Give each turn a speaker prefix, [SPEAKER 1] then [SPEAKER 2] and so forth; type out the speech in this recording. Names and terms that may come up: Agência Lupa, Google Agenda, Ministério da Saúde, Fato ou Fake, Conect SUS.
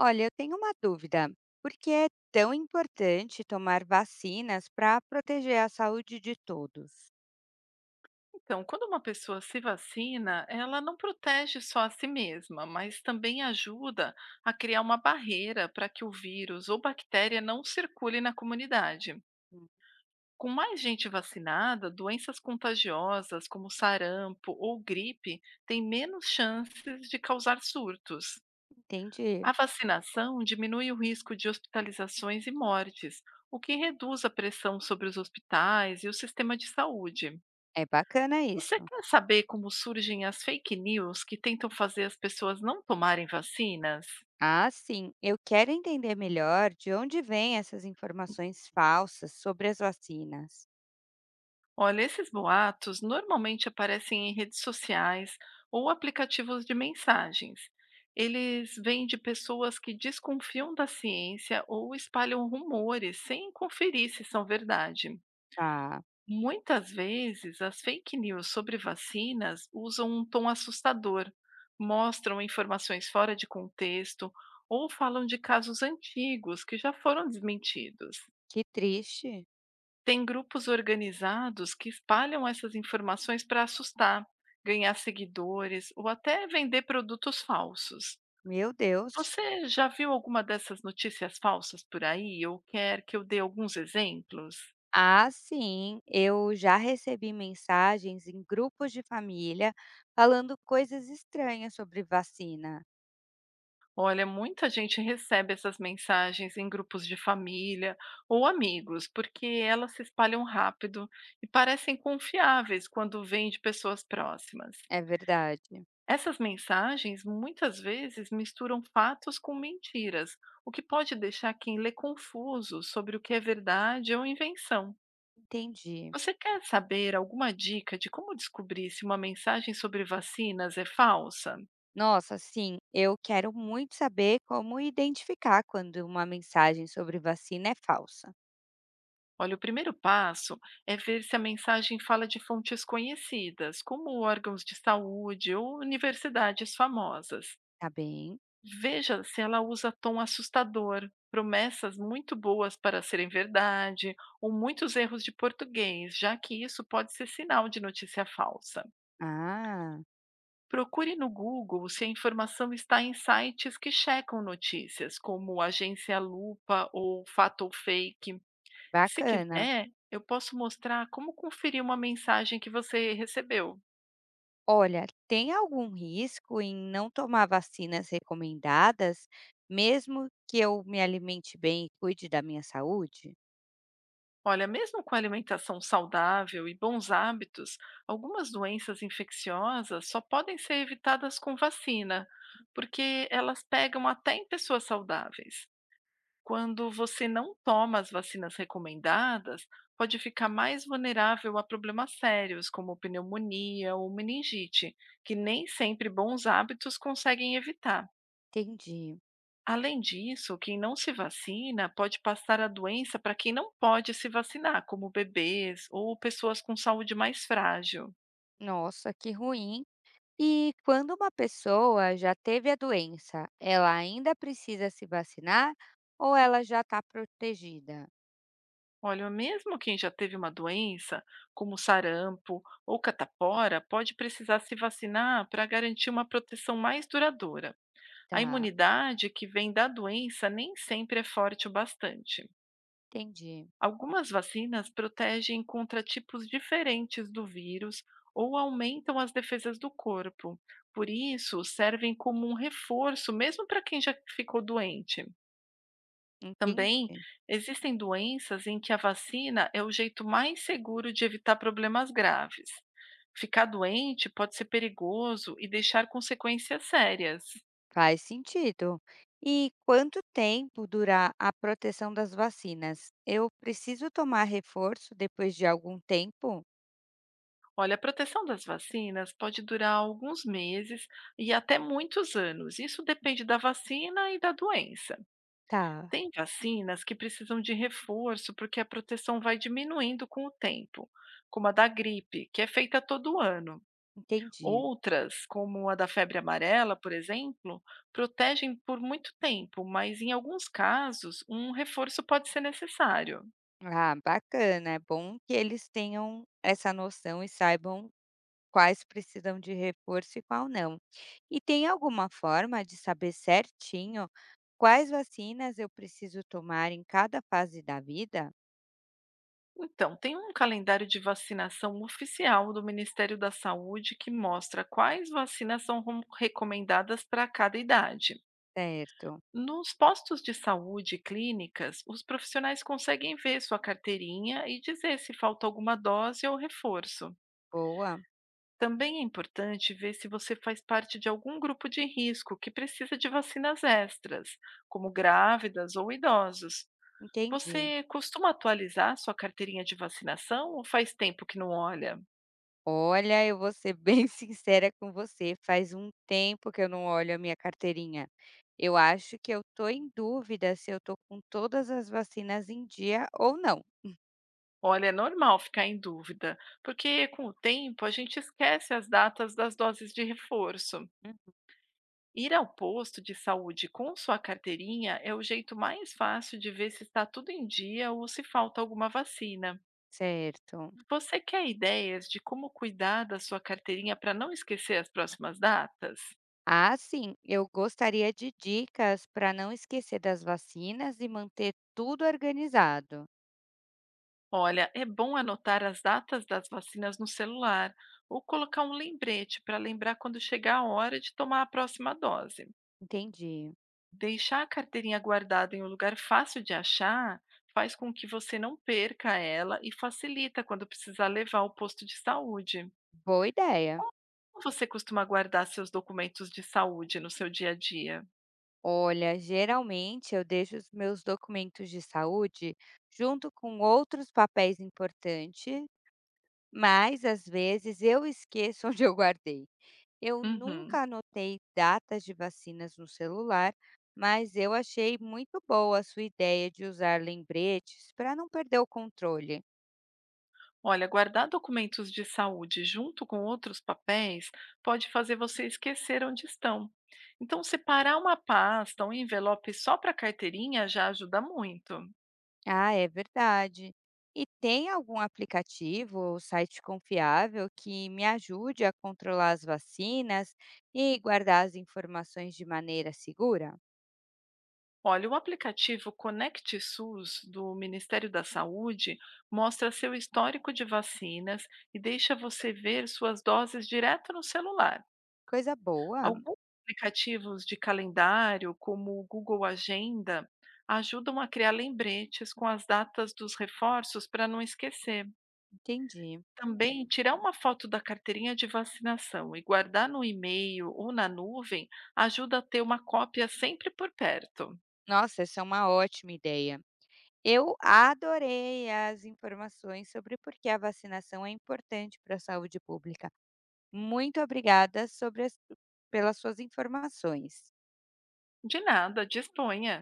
[SPEAKER 1] Olha, eu tenho uma dúvida. Por que é tão importante tomar vacinas para proteger a saúde de todos?
[SPEAKER 2] Então, quando uma pessoa se vacina, ela não protege só a si mesma, mas também ajuda a criar uma barreira para que o vírus ou bactéria não circule na comunidade.
[SPEAKER 1] Hum.
[SPEAKER 2] Com mais gente vacinada, doenças contagiosas como sarampo ou gripe têm menos chances de causar surtos. A
[SPEAKER 1] Entendi.
[SPEAKER 2] vacinação diminui o risco de hospitalizações e mortes, o que reduz a pressão sobre os hospitais e o sistema de saúde.
[SPEAKER 1] É bacana
[SPEAKER 2] Você
[SPEAKER 1] isso.
[SPEAKER 2] quer saber como surgem as fake news que tentam fazer as pessoas não tomarem vacinas?
[SPEAKER 1] Ah, sim. Eu quero entender melhor de onde vêm essas informações falsas sobre as vacinas.
[SPEAKER 2] Olha, esses boatos normalmente aparecem em redes sociais ou aplicativos de mensagens. Eles vêm de pessoas que desconfiam da ciência ou espalham rumores sem conferir se são verdade.
[SPEAKER 1] Tá.
[SPEAKER 2] Muitas vezes, as fake news sobre vacinas usam um tom assustador, mostram informações fora de contexto ou falam de casos antigos que já foram desmentidos.
[SPEAKER 1] Que triste.
[SPEAKER 2] Tem grupos organizados que espalham essas informações para assustar, ganhar seguidores ou até vender produtos falsos.
[SPEAKER 1] Meu Deus.
[SPEAKER 2] Você já viu alguma dessas notícias falsas por aí ou quer que eu dê alguns exemplos?
[SPEAKER 1] Ah, sim. Eu já recebi mensagens em grupos de família falando coisas estranhas sobre vacina.
[SPEAKER 2] Olha, muita gente recebe essas mensagens em grupos de família ou amigos, porque elas se espalham rápido e parecem confiáveis quando vêm de pessoas próximas.
[SPEAKER 1] É verdade.
[SPEAKER 2] Essas mensagens muitas vezes misturam fatos com mentiras, o que pode deixar quem lê confuso sobre o que é verdade ou invenção.
[SPEAKER 1] Entendi.
[SPEAKER 2] Você quer saber alguma dica de como descobrir se uma mensagem sobre vacinas é falsa?
[SPEAKER 1] Nossa, sim, eu quero muito saber como identificar quando uma mensagem sobre vacina é falsa.
[SPEAKER 2] Olha, o primeiro passo é ver se a mensagem fala de fontes conhecidas, como órgãos de saúde ou universidades famosas.
[SPEAKER 1] Tá bem?
[SPEAKER 2] Veja se ela usa tom assustador, promessas muito boas para serem verdade, ou muitos erros de português, já que isso pode ser sinal de notícia falsa.
[SPEAKER 1] Ah,
[SPEAKER 2] Procure no Google se a informação está em sites que checam notícias, como Agência Lupa ou Fato ou Fake, se
[SPEAKER 1] bacana.
[SPEAKER 2] quiser, eu posso mostrar como conferir uma mensagem que você recebeu.
[SPEAKER 1] Olha, tem algum risco em não tomar vacinas recomendadas, mesmo que eu me alimente bem e cuide da minha saúde?
[SPEAKER 2] Olha, mesmo com alimentação saudável e bons hábitos, algumas doenças infecciosas só podem ser evitadas com vacina, porque elas pegam até em pessoas saudáveis. Quando você não toma as vacinas recomendadas, pode ficar mais vulnerável a problemas sérios, como pneumonia ou meningite, que nem sempre bons hábitos conseguem evitar.
[SPEAKER 1] Entendi.
[SPEAKER 2] Além disso, quem não se vacina pode passar a doença para quem não pode se vacinar, como bebês ou pessoas com saúde mais frágil.
[SPEAKER 1] Nossa, que ruim. E quando uma pessoa já teve a doença, ela ainda precisa se vacinar ou ela já está protegida?
[SPEAKER 2] Olha, mesmo quem já teve uma doença, como sarampo ou catapora, pode precisar se vacinar para garantir uma proteção mais duradoura. A
[SPEAKER 1] Tá.
[SPEAKER 2] imunidade que vem da doença nem sempre é forte o bastante.
[SPEAKER 1] Entendi,
[SPEAKER 2] Algumas vacinas protegem contra tipos diferentes do vírus ou aumentam as defesas do corpo. Por isso, servem como um reforço, mesmo para quem já ficou doente.
[SPEAKER 1] entendi.
[SPEAKER 2] Também existem doenças em que a vacina é o jeito mais seguro de evitar problemas graves. Ficar doente pode ser perigoso e deixar consequências sérias.
[SPEAKER 1] Faz sentido. E quanto tempo dura a proteção das vacinas? Eu preciso tomar reforço depois de algum tempo?
[SPEAKER 2] Olha, a proteção das vacinas pode durar alguns meses e até muitos anos. Isso depende da vacina e da doença.
[SPEAKER 1] Tá,
[SPEAKER 2] Tem vacinas que precisam de reforço porque a proteção vai diminuindo com o tempo, como a da gripe, que é feita todo ano.
[SPEAKER 1] entendi.
[SPEAKER 2] Outras, como a da febre amarela, por exemplo, protegem por muito tempo, mas em alguns casos, um reforço pode ser necessário.
[SPEAKER 1] Ah, bacana. É bom que eles tenham essa noção e saibam quais precisam de reforço e qual não. E tem alguma forma de saber certinho quais vacinas eu preciso tomar em cada fase da vida?
[SPEAKER 2] Então, tem um calendário de vacinação oficial do Ministério da Saúde que mostra quais vacinas são recomendadas para cada idade.
[SPEAKER 1] Certo.
[SPEAKER 2] Nos postos de saúde e clínicas, os profissionais conseguem ver sua carteirinha e dizer se falta alguma dose ou reforço.
[SPEAKER 1] Boa.
[SPEAKER 2] Também é importante ver se você faz parte de algum grupo de risco que precisa de vacinas extras, como grávidas ou idosos.
[SPEAKER 1] Entendi.
[SPEAKER 2] Você costuma atualizar sua carteirinha de vacinação ou faz tempo que não olha?
[SPEAKER 1] Olha, eu vou ser bem sincera com você, faz um tempo que eu não olho a minha carteirinha. Eu acho que eu tô em dúvida se eu tô com todas as vacinas em dia ou não.
[SPEAKER 2] Olha, é normal ficar em dúvida, porque com o tempo a gente esquece as datas das doses de reforço.
[SPEAKER 1] Hum.
[SPEAKER 2] Ir ao posto de saúde com sua carteirinha é o jeito mais fácil de ver se está tudo em dia ou se falta alguma vacina.
[SPEAKER 1] Certo.
[SPEAKER 2] Você quer ideias de como cuidar da sua carteirinha para não esquecer as próximas datas?
[SPEAKER 1] Ah, sim, eu gostaria de dicas para não esquecer das vacinas e manter tudo organizado.
[SPEAKER 2] Olha, é bom anotar as datas das vacinas no celular ou colocar um lembrete para lembrar quando chegar a hora de tomar a próxima dose.
[SPEAKER 1] Entendi.
[SPEAKER 2] Deixar a carteirinha guardada em um lugar fácil de achar faz com que você não perca ela e facilita quando precisar levar ao posto de saúde.
[SPEAKER 1] Boa ideia.
[SPEAKER 2] Como você costuma guardar seus documentos de saúde no seu dia a dia?
[SPEAKER 1] Olha, geralmente eu deixo os meus documentos de saúde junto com outros papéis importantes. Mas, às vezes, eu esqueço onde eu guardei. Eu
[SPEAKER 2] Uhum.
[SPEAKER 1] nunca anotei datas de vacinas no celular, mas eu achei muito boa a sua ideia de usar lembretes para não perder o controle.
[SPEAKER 2] Olha, guardar documentos de saúde junto com outros papéis pode fazer você esquecer onde estão. Então, separar uma pasta, um envelope só para carteirinha já ajuda muito.
[SPEAKER 1] Ah, é verdade. E tem algum aplicativo ou site confiável que me ajude a controlar as vacinas e guardar as informações de maneira segura?
[SPEAKER 2] Olha, o aplicativo Conect SUS do Ministério da Saúde mostra seu histórico de vacinas e deixa você ver suas doses direto no celular.
[SPEAKER 1] Coisa boa,
[SPEAKER 2] Alguns aplicativos de calendário, como o Google Agenda, ajudam a criar lembretes com as datas dos reforços para não esquecer.
[SPEAKER 1] entendi.
[SPEAKER 2] Também, tirar uma foto da carteirinha de vacinação e guardar no e-mail ou na nuvem ajuda a ter uma cópia sempre por perto.
[SPEAKER 1] Nossa, essa é uma ótima ideia. Eu adorei as informações sobre por que a vacinação é importante para a saúde pública. Muito obrigada sobre as pelas suas informações.
[SPEAKER 2] De nada, disponha!